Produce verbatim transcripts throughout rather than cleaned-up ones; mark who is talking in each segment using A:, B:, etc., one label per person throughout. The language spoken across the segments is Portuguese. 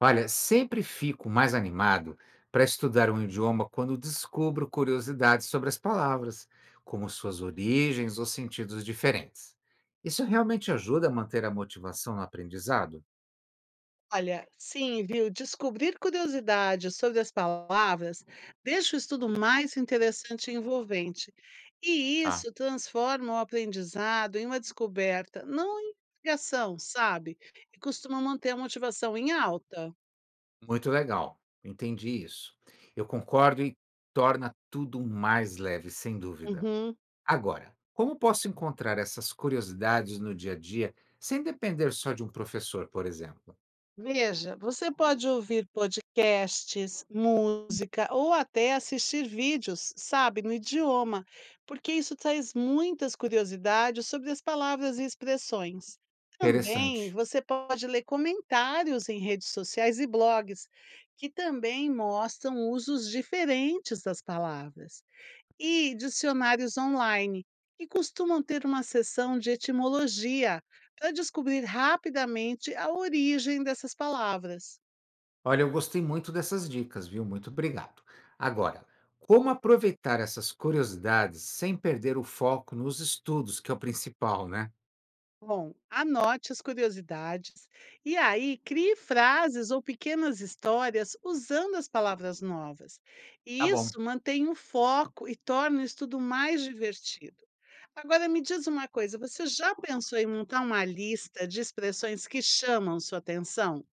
A: Olha, sempre fico mais animado para estudar um idioma quando descubro curiosidades sobre as palavras, como suas origens ou sentidos diferentes. Isso realmente ajuda a manter a motivação no aprendizado?
B: Olha, sim, viu? Descobrir curiosidades sobre as palavras deixa o estudo mais interessante e envolvente. E
A: Tá.
B: isso transforma o aprendizado em uma descoberta, não em investigação, sabe? E costuma manter a motivação em alta.
A: Muito legal, entendi isso. Eu concordo e torna tudo mais leve, sem dúvida.
B: Uhum.
A: Agora, como posso encontrar essas curiosidades no dia a dia sem depender só de um professor, por exemplo?
B: Veja, você pode ouvir podcasts, música ou até assistir vídeos, sabe, no idioma, porque isso traz muitas curiosidades sobre as palavras e expressões. Também
A: Interessante.
B: você pode ler comentários em redes sociais e blogs, que também mostram usos diferentes das palavras e dicionários online, que costumam ter uma sessão de etimologia para descobrir rapidamente a origem dessas palavras.
A: Olha, eu gostei muito dessas dicas, viu? Muito obrigado. Agora, como aproveitar essas curiosidades sem perder o foco nos estudos, que é o principal, né?
B: Bom, anote as curiosidades e aí crie frases ou pequenas histórias usando as palavras novas. E
A: Tá bom.
B: isso mantém o foco e torna o estudo mais divertido. Agora me diz uma coisa, você já pensou em montar uma lista de expressões que chamam sua atenção?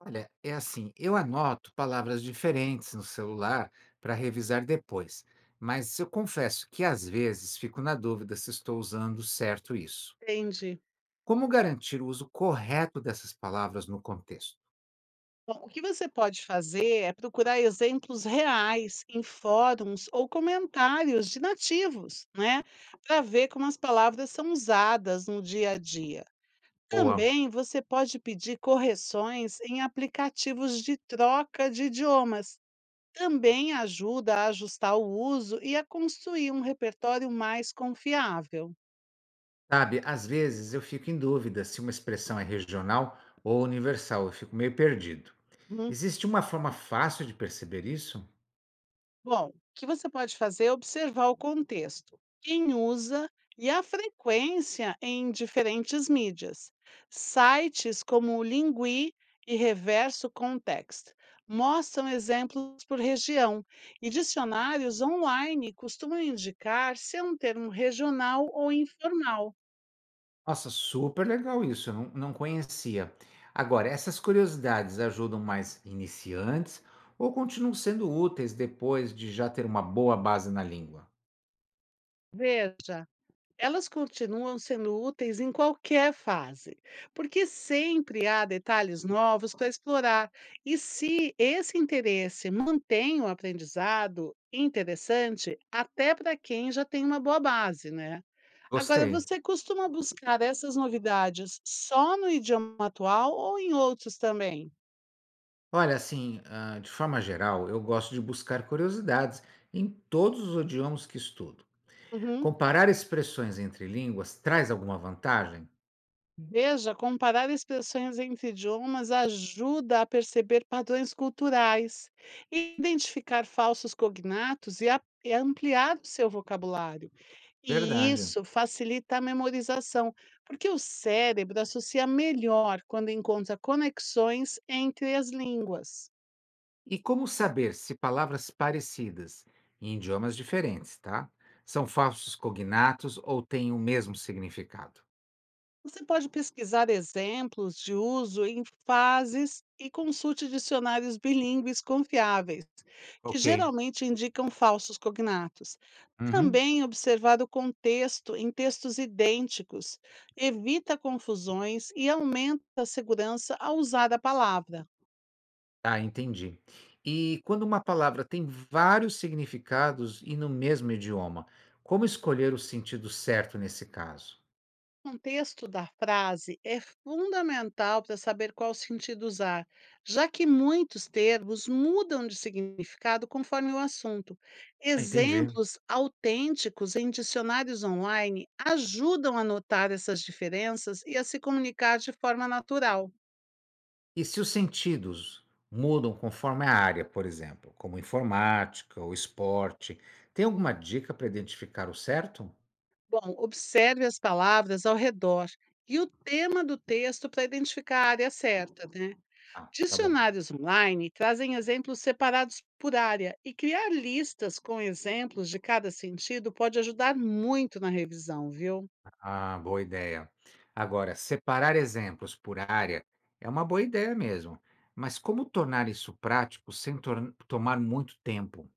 A: Olha, é assim, eu anoto palavras diferentes no celular para revisar depois, mas eu confesso que às vezes fico na dúvida se estou usando certo isso.
B: Entendi.
A: Como garantir o uso correto dessas palavras no contexto?
B: Bom, o que você pode fazer é procurar exemplos reais em fóruns ou comentários de nativos, né? Para ver como as palavras são usadas no dia a dia.
A: Ou.
B: Também você pode pedir correções em aplicativos de troca de idiomas. Também ajuda a ajustar o uso e a construir um repertório mais confiável.
A: Sabe, às vezes eu fico em dúvida se uma expressão é regional ou universal, eu fico meio perdido.
B: Hum.
A: Existe uma forma fácil de perceber isso?
B: Bom, o que você pode fazer é observar o contexto, quem usa e a frequência em diferentes mídias. Sites como o Lingui e Reverso Context mostram exemplos por região e dicionários online costumam indicar se é um termo regional ou informal.
A: Nossa, super legal isso, eu não, não conhecia. Agora, essas curiosidades ajudam mais iniciantes ou continuam sendo úteis depois de já ter uma boa base na língua?
B: Veja. Elas continuam sendo úteis em qualquer fase, porque sempre há detalhes novos para explorar. E se esse interesse mantém o aprendizado interessante, até para quem já tem uma boa base, né? Agora,
A: Gostei.
B: você costuma buscar essas novidades só no idioma atual ou em outros também?
A: Olha, assim, ah, de forma geral, eu gosto de buscar curiosidades em todos os idiomas que estudo.
B: Uhum.
A: Comparar expressões entre línguas traz alguma vantagem?
B: Veja, comparar expressões entre idiomas ajuda a perceber padrões culturais, identificar falsos cognatos e, a- e ampliar o seu vocabulário. E
A: Verdade.
B: isso facilita a memorização, porque o cérebro associa melhor quando encontra conexões entre as línguas.
A: E como saber se palavras parecidas em idiomas diferentes, tá? São falsos cognatos ou têm o mesmo significado?
B: Você pode pesquisar exemplos de uso em fases e consulte dicionários bilíngues confiáveis, que
A: Ok.
B: geralmente indicam falsos cognatos.
A: Uhum.
B: Também observar o contexto em textos idênticos evita confusões e aumenta a segurança ao usar a palavra.
A: Ah, entendi. E quando uma palavra tem vários significados e no mesmo idioma, como escolher o sentido certo nesse caso?
B: O contexto da frase é fundamental para saber qual sentido usar, já que muitos termos mudam de significado conforme o assunto.
A: Ah, entendi.
B: Exemplos autênticos em dicionários online ajudam a notar essas diferenças e a se comunicar de forma natural.
A: E se os sentidos mudam conforme a área, por exemplo, como informática ou esporte, tem alguma dica para identificar o certo?
B: Bom, observe as palavras ao redor e o tema do texto para identificar a área certa, né?
A: Ah, tá bom.
B: Dicionários online trazem exemplos separados por área e criar listas com exemplos de cada sentido pode ajudar muito na revisão, viu?
A: Ah, boa ideia. Agora, separar exemplos por área é uma boa ideia mesmo, mas como tornar isso prático sem tor- tomar muito tempo?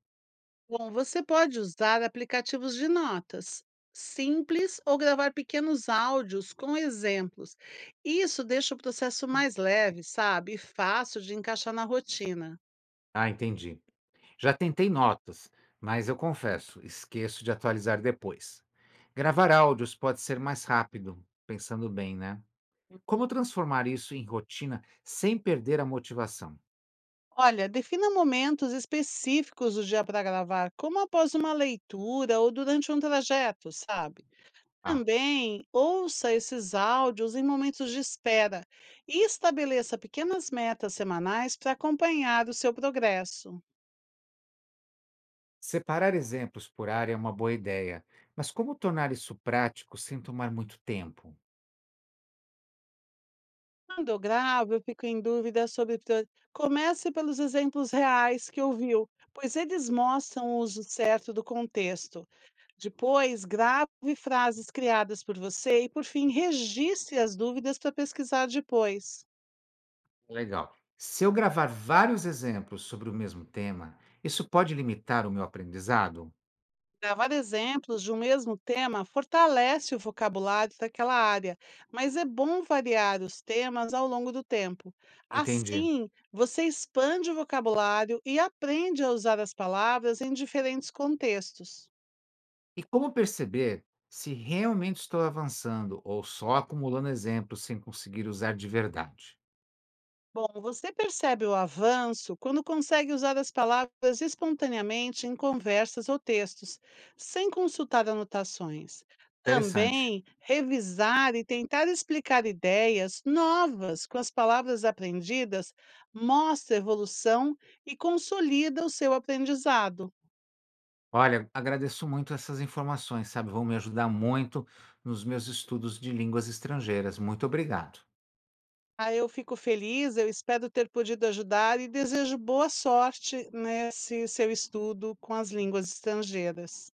B: Bom, você pode usar aplicativos de notas simples ou gravar pequenos áudios com exemplos. Isso deixa o processo mais leve, sabe? E fácil de encaixar na rotina.
A: Ah, entendi. Já tentei notas, mas eu confesso, esqueço de atualizar depois. Gravar áudios pode ser mais rápido, pensando bem, né? Como transformar isso em rotina sem perder a motivação?
B: Olha, defina momentos específicos do dia para gravar, como após uma leitura ou durante um trajeto, sabe?
A: Ah,
B: Também ouça esses áudios em momentos de espera e estabeleça pequenas metas semanais para acompanhar o seu progresso.
A: separar exemplos por área é uma boa ideia, mas como tornar isso prático sem tomar muito tempo?
B: Quando eu gravo, eu fico em dúvida sobre. prio- Comece pelos exemplos reais que ouviu, pois eles mostram o uso certo do contexto. Depois, grave frases criadas por você e, por fim, registre as dúvidas para pesquisar depois.
A: Legal. Se eu gravar vários exemplos sobre o mesmo tema, isso pode limitar o meu aprendizado?
B: Gravar exemplos de um mesmo tema fortalece o vocabulário daquela área, mas é bom variar os temas ao longo do tempo.
A: Entendi.
B: Assim, você expande o vocabulário e aprende a usar as palavras em diferentes contextos.
A: E como perceber se realmente estou avançando ou só acumulando exemplos sem conseguir usar de verdade?
B: Bom, você percebe o avanço quando consegue usar as palavras espontaneamente em conversas ou textos, sem consultar anotações.
A: Interessante.
B: Também revisar e tentar explicar ideias novas com as palavras aprendidas mostra evolução e consolida o seu aprendizado.
A: Olha, agradeço muito essas informações, sabe? Vão me ajudar muito nos meus estudos de línguas estrangeiras. Muito obrigado.
B: Ah, eu fico feliz, eu espero ter podido ajudar e desejo boa sorte nesse seu estudo com as línguas estrangeiras.